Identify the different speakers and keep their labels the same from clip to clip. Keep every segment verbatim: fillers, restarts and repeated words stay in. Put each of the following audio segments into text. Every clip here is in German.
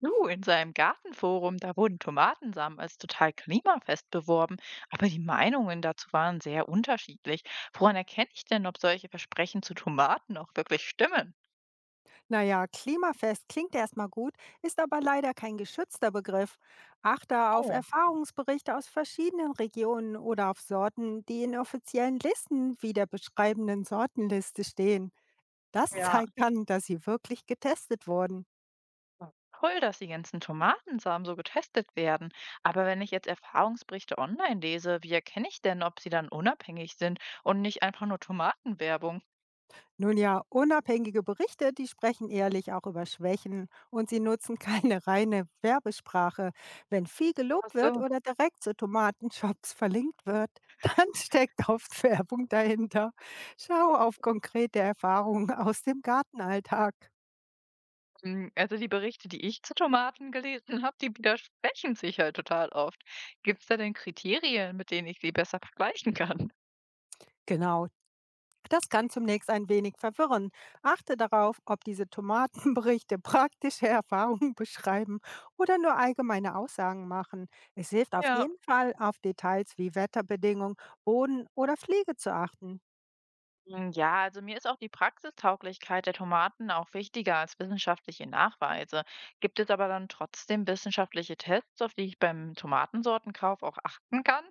Speaker 1: Du, in seinem Gartenforum, da wurden Tomatensamen als total klimafest beworben, aber die Meinungen dazu waren sehr unterschiedlich. Woran erkenne ich denn, ob solche Versprechen zu Tomaten auch wirklich stimmen?
Speaker 2: Naja, klimafest klingt erstmal gut, ist aber leider kein geschützter Begriff. Achte auf
Speaker 1: Oh,
Speaker 2: Erfahrungsberichte aus verschiedenen Regionen oder auf Sorten, die in offiziellen Listen wie der beschreibenden Sortenliste stehen. Das
Speaker 1: ja,
Speaker 2: zeigt an, dass sie wirklich getestet wurden.
Speaker 1: ja, toll, dass die ganzen Tomatensamen so getestet werden. Aber wenn ich jetzt Erfahrungsberichte online lese, wie erkenne ich denn, ob sie dann unabhängig sind und nicht einfach nur Tomatenwerbung?
Speaker 2: Nun ja, unabhängige Berichte, die sprechen ehrlich auch über Schwächen und sie nutzen keine reine Werbesprache. Wenn viel
Speaker 1: Ach
Speaker 2: gelobt wird
Speaker 1: so.
Speaker 2: oder direkt zu Tomatenshops verlinkt wird, dann steckt oft Werbung dahinter. Schau auf konkrete Erfahrungen aus dem Gartenalltag.
Speaker 1: Hm, also die Berichte, die ich zu Tomaten gelesen habe, die widersprechen sich halt total oft. Gibt es da denn Kriterien, mit denen ich sie besser vergleichen kann?
Speaker 2: Genau, das kann zunächst ein wenig verwirren. Achte darauf, ob diese Tomatenberichte praktische Erfahrungen beschreiben oder nur allgemeine Aussagen machen. Es hilft auf
Speaker 1: Ja.
Speaker 2: jeden Fall, auf Details wie Wetterbedingungen, Boden oder Pflege zu achten.
Speaker 1: Hm, ja, also mir ist auch die Praxistauglichkeit der Tomaten auch wichtiger als wissenschaftliche Nachweise. Gibt es aber dann trotzdem wissenschaftliche Tests, auf die ich beim Tomatensortenkauf auch achten kann?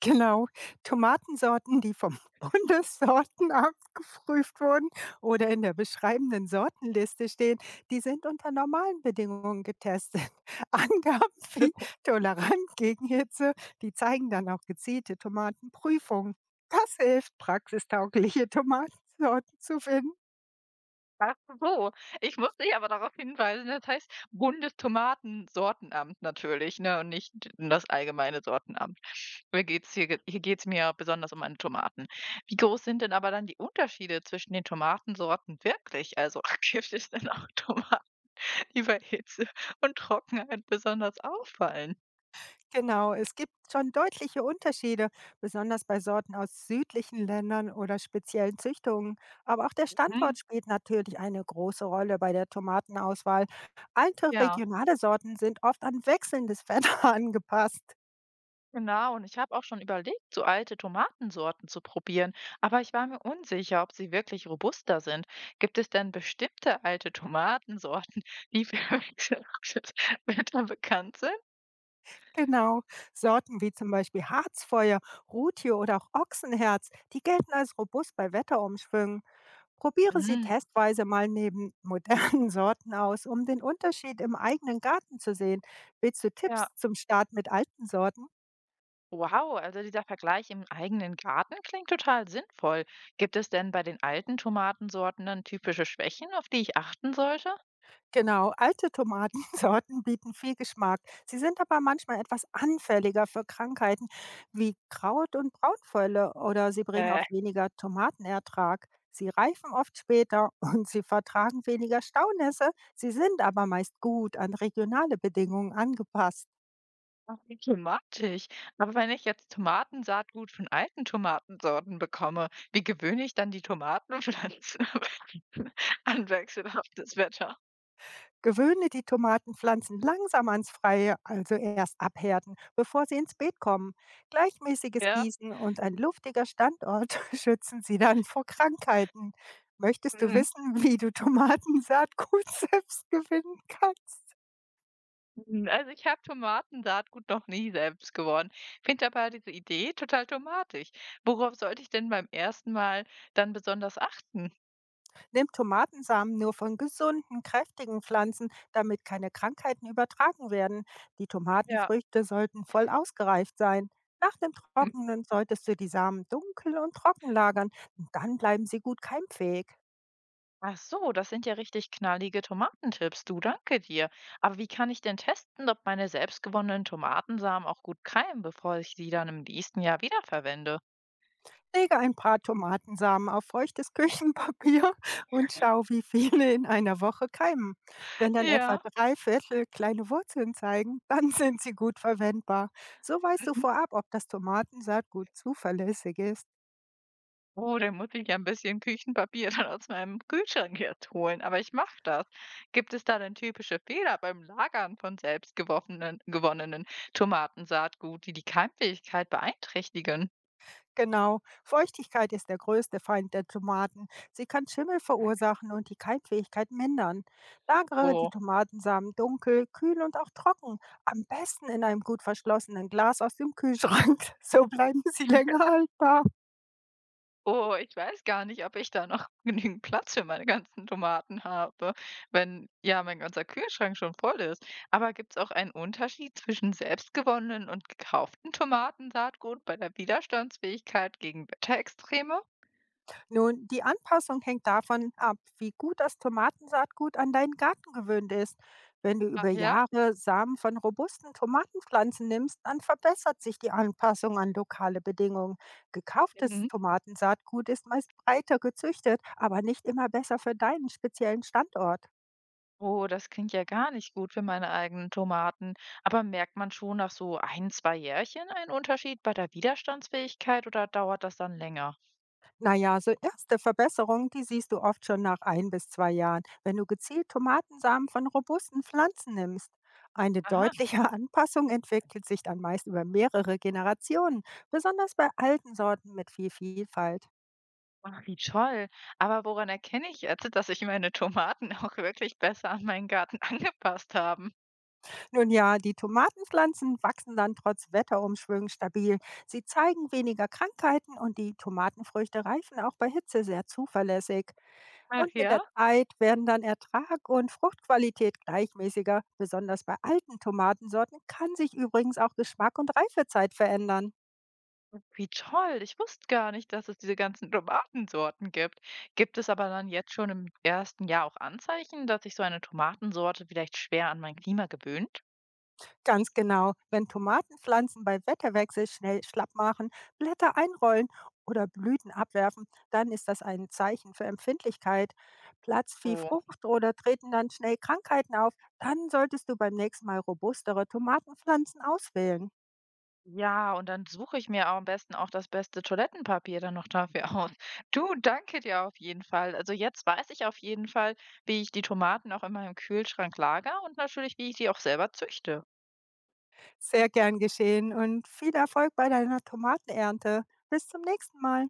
Speaker 2: Genau, Tomatensorten, die vom Bundessortenamt geprüft wurden oder in der beschreibenden Sortenliste stehen, die sind unter normalen Bedingungen getestet. Angaben wie tolerant gegen Hitze, die zeigen dann auch gezielte Tomatenprüfungen. Das hilft, praxistaugliche Tomatensorten zu finden.
Speaker 1: Ach so, ich muss dich aber darauf hinweisen, das heißt Bundestomatensortenamt natürlich, ne, und nicht das allgemeine Sortenamt. Mir geht's hier ge hier geht's mir besonders um meine Tomaten. Wie groß sind denn aber dann die Unterschiede zwischen den Tomatensorten wirklich? Also, gibt es denn auch Tomaten, die bei Hitze und Trockenheit besonders auffallen?
Speaker 2: Genau, es gibt schon deutliche Unterschiede, besonders bei Sorten aus südlichen Ländern oder speziellen Züchtungen. Aber auch der
Speaker 1: Mhm,
Speaker 2: Standort spielt natürlich eine große Rolle bei der Tomatenauswahl. Alte
Speaker 1: ja.
Speaker 2: regionale Sorten sind oft an wechselndes Wetter angepasst.
Speaker 1: Genau, und ich habe auch schon überlegt, so alte Tomatensorten zu probieren, aber ich war mir unsicher, ob sie wirklich robuster sind. Gibt es denn bestimmte alte Tomatensorten, die für Wetter bekannt sind?
Speaker 2: Genau, Sorten wie zum Beispiel Harzfeuer, Rutie oder auch Ochsenherz, die gelten als robust bei Wetterumschwüngen. Probiere sie
Speaker 1: Mhm.
Speaker 2: testweise mal neben modernen Sorten aus, um den Unterschied im eigenen Garten zu sehen. Willst du
Speaker 1: Ja,
Speaker 2: Tipps zum Start mit alten Sorten?
Speaker 1: wow, also dieser Vergleich im eigenen Garten klingt total sinnvoll. Gibt es denn bei den alten Tomatensorten dann typische Schwächen, auf die ich achten sollte?
Speaker 2: Genau, alte Tomatensorten bieten viel Geschmack. Sie sind aber manchmal etwas anfälliger für Krankheiten wie Kraut- und Braunfäule oder sie bringen auch
Speaker 1: Äh,
Speaker 2: weniger Tomatenertrag. Sie reifen oft später und sie vertragen weniger Staunässe. Sie sind aber meist gut an regionale Bedingungen angepasst.
Speaker 1: Ach, wie thematisch. Aber wenn ich jetzt Tomatensaatgut von alten Tomatensorten bekomme, wie gewöhne ich dann die Tomatenpflanzen an wechselhaftes Wetter?
Speaker 2: Gewöhne die Tomatenpflanzen langsam ans Freie, also erst abhärten, bevor sie ins Beet kommen. Gleichmäßiges
Speaker 1: Ja.
Speaker 2: Gießen und ein luftiger Standort schützen sie dann vor Krankheiten. Möchtest du
Speaker 1: Mhm.
Speaker 2: wissen, wie du Tomatensaatgut selbst gewinnen kannst?
Speaker 1: Mhm. Also ich habe Tomatensaatgut noch nie selbst gewonnen. Finde aber diese Idee total tomatig. Worauf sollte ich denn beim ersten Mal dann besonders achten?
Speaker 2: Nimmt Tomatensamen nur von gesunden, kräftigen Pflanzen, damit keine Krankheiten übertragen werden. Die
Speaker 1: Ja.
Speaker 2: Tomatenfrüchte sollten voll ausgereift sein. Nach dem Trocknen solltest du die Samen dunkel und trocken lagern. Dann bleiben sie gut keimfähig.
Speaker 1: Ach so, das sind ja richtig knallige Tomatentipps. Du, danke dir. Aber wie kann ich denn testen, ob meine selbstgewonnenen Tomatensamen auch gut keimen, bevor ich sie dann im nächsten Jahr wiederverwende?
Speaker 2: Lege ein paar Tomatensamen auf feuchtes Küchenpapier und schau, wie viele in einer Woche keimen. Wenn dann etwa
Speaker 1: Ja,
Speaker 2: drei Viertel kleine Wurzeln zeigen, dann sind sie gut verwendbar. So weißt du
Speaker 1: mhm.
Speaker 2: vorab, ob das Tomatensaatgut zuverlässig ist.
Speaker 1: Oh, dann muss ich ja ein bisschen Küchenpapier dann aus meinem Kühlschrank jetzt holen. Aber ich mache das. Gibt es da denn typische Fehler beim Lagern von selbstgewonnenen gewonnenen gewonnenen Tomatensaatgut, die die Keimfähigkeit beeinträchtigen?
Speaker 2: Genau, Feuchtigkeit ist der größte Feind der Tomaten. Sie kann Schimmel verursachen und die Keimfähigkeit mindern. Lagere die
Speaker 1: Oh.
Speaker 2: Tomatensamen dunkel, kühl und auch trocken, am besten in einem gut verschlossenen Glas aus dem Kühlschrank. So bleiben sie länger haltbar.
Speaker 1: Oh, ich weiß gar nicht, ob ich da noch genügend Platz für meine ganzen Tomaten habe, wenn ja mein ganzer Kühlschrank schon voll ist. Aber gibt es auch einen Unterschied zwischen selbstgewonnenen und gekauften Tomatensaatgut bei der Widerstandsfähigkeit gegen Wetterextreme?
Speaker 2: Nun, die Anpassung hängt davon ab, wie gut das Tomatensaatgut an deinen Garten gewöhnt ist. Wenn du über
Speaker 1: Ach ja.
Speaker 2: Jahre Samen von robusten Tomatenpflanzen nimmst, dann verbessert sich die Anpassung an lokale Bedingungen. Gekauftes
Speaker 1: Mhm.
Speaker 2: Tomatensaatgut ist meist breiter gezüchtet, aber nicht immer besser für deinen speziellen Standort.
Speaker 1: Oh, das klingt ja gar nicht gut für meine eigenen Tomaten. Aber merkt man schon nach so ein, zwei Jährchen einen Unterschied bei der Widerstandsfähigkeit oder dauert das dann länger?
Speaker 2: Na ja, so erste Verbesserungen, die siehst du oft schon nach ein bis zwei Jahren, wenn du gezielt Tomatensamen von robusten Pflanzen nimmst. Eine
Speaker 1: Aha.
Speaker 2: deutliche Anpassung entwickelt sich dann meist über mehrere Generationen, besonders bei alten Sorten mit viel Vielfalt.
Speaker 1: Ach, wie toll. Aber woran erkenne ich jetzt, dass sich meine Tomaten auch wirklich besser an meinen Garten angepasst haben?
Speaker 2: Nun ja, die Tomatenpflanzen wachsen dann trotz Wetterumschwüngen stabil. Sie zeigen weniger Krankheiten und die Tomatenfrüchte reifen auch bei Hitze sehr zuverlässig.
Speaker 1: Ach
Speaker 2: Und mit der
Speaker 1: ja?
Speaker 2: Zeit werden dann Ertrag und Fruchtqualität gleichmäßiger. Besonders bei alten Tomatensorten kann sich übrigens auch Geschmack und Reifezeit verändern.
Speaker 1: Wie toll. Ich wusste gar nicht, dass es diese ganzen Tomatensorten gibt. Gibt es aber dann jetzt schon im ersten Jahr auch Anzeichen, dass sich so eine Tomatensorte vielleicht schwer an mein Klima gewöhnt?
Speaker 2: Ganz genau, wenn Tomatenpflanzen bei Wetterwechsel schnell schlapp machen, Blätter einrollen oder Blüten abwerfen, dann ist das ein Zeichen für Empfindlichkeit. Platzt viel Frucht oder treten dann schnell Krankheiten auf, dann solltest du beim nächsten Mal robustere Tomatenpflanzen auswählen.
Speaker 1: Ja, und dann suche ich mir auch am besten auch das beste Toilettenpapier dann noch dafür aus. Du, danke dir auf jeden Fall. Also jetzt weiß ich auf jeden Fall, wie ich die Tomaten auch in meinem Kühlschrank lager und natürlich, wie ich die auch selber züchte.
Speaker 2: Sehr gern geschehen und viel Erfolg bei deiner Tomatenernte. Bis zum nächsten Mal.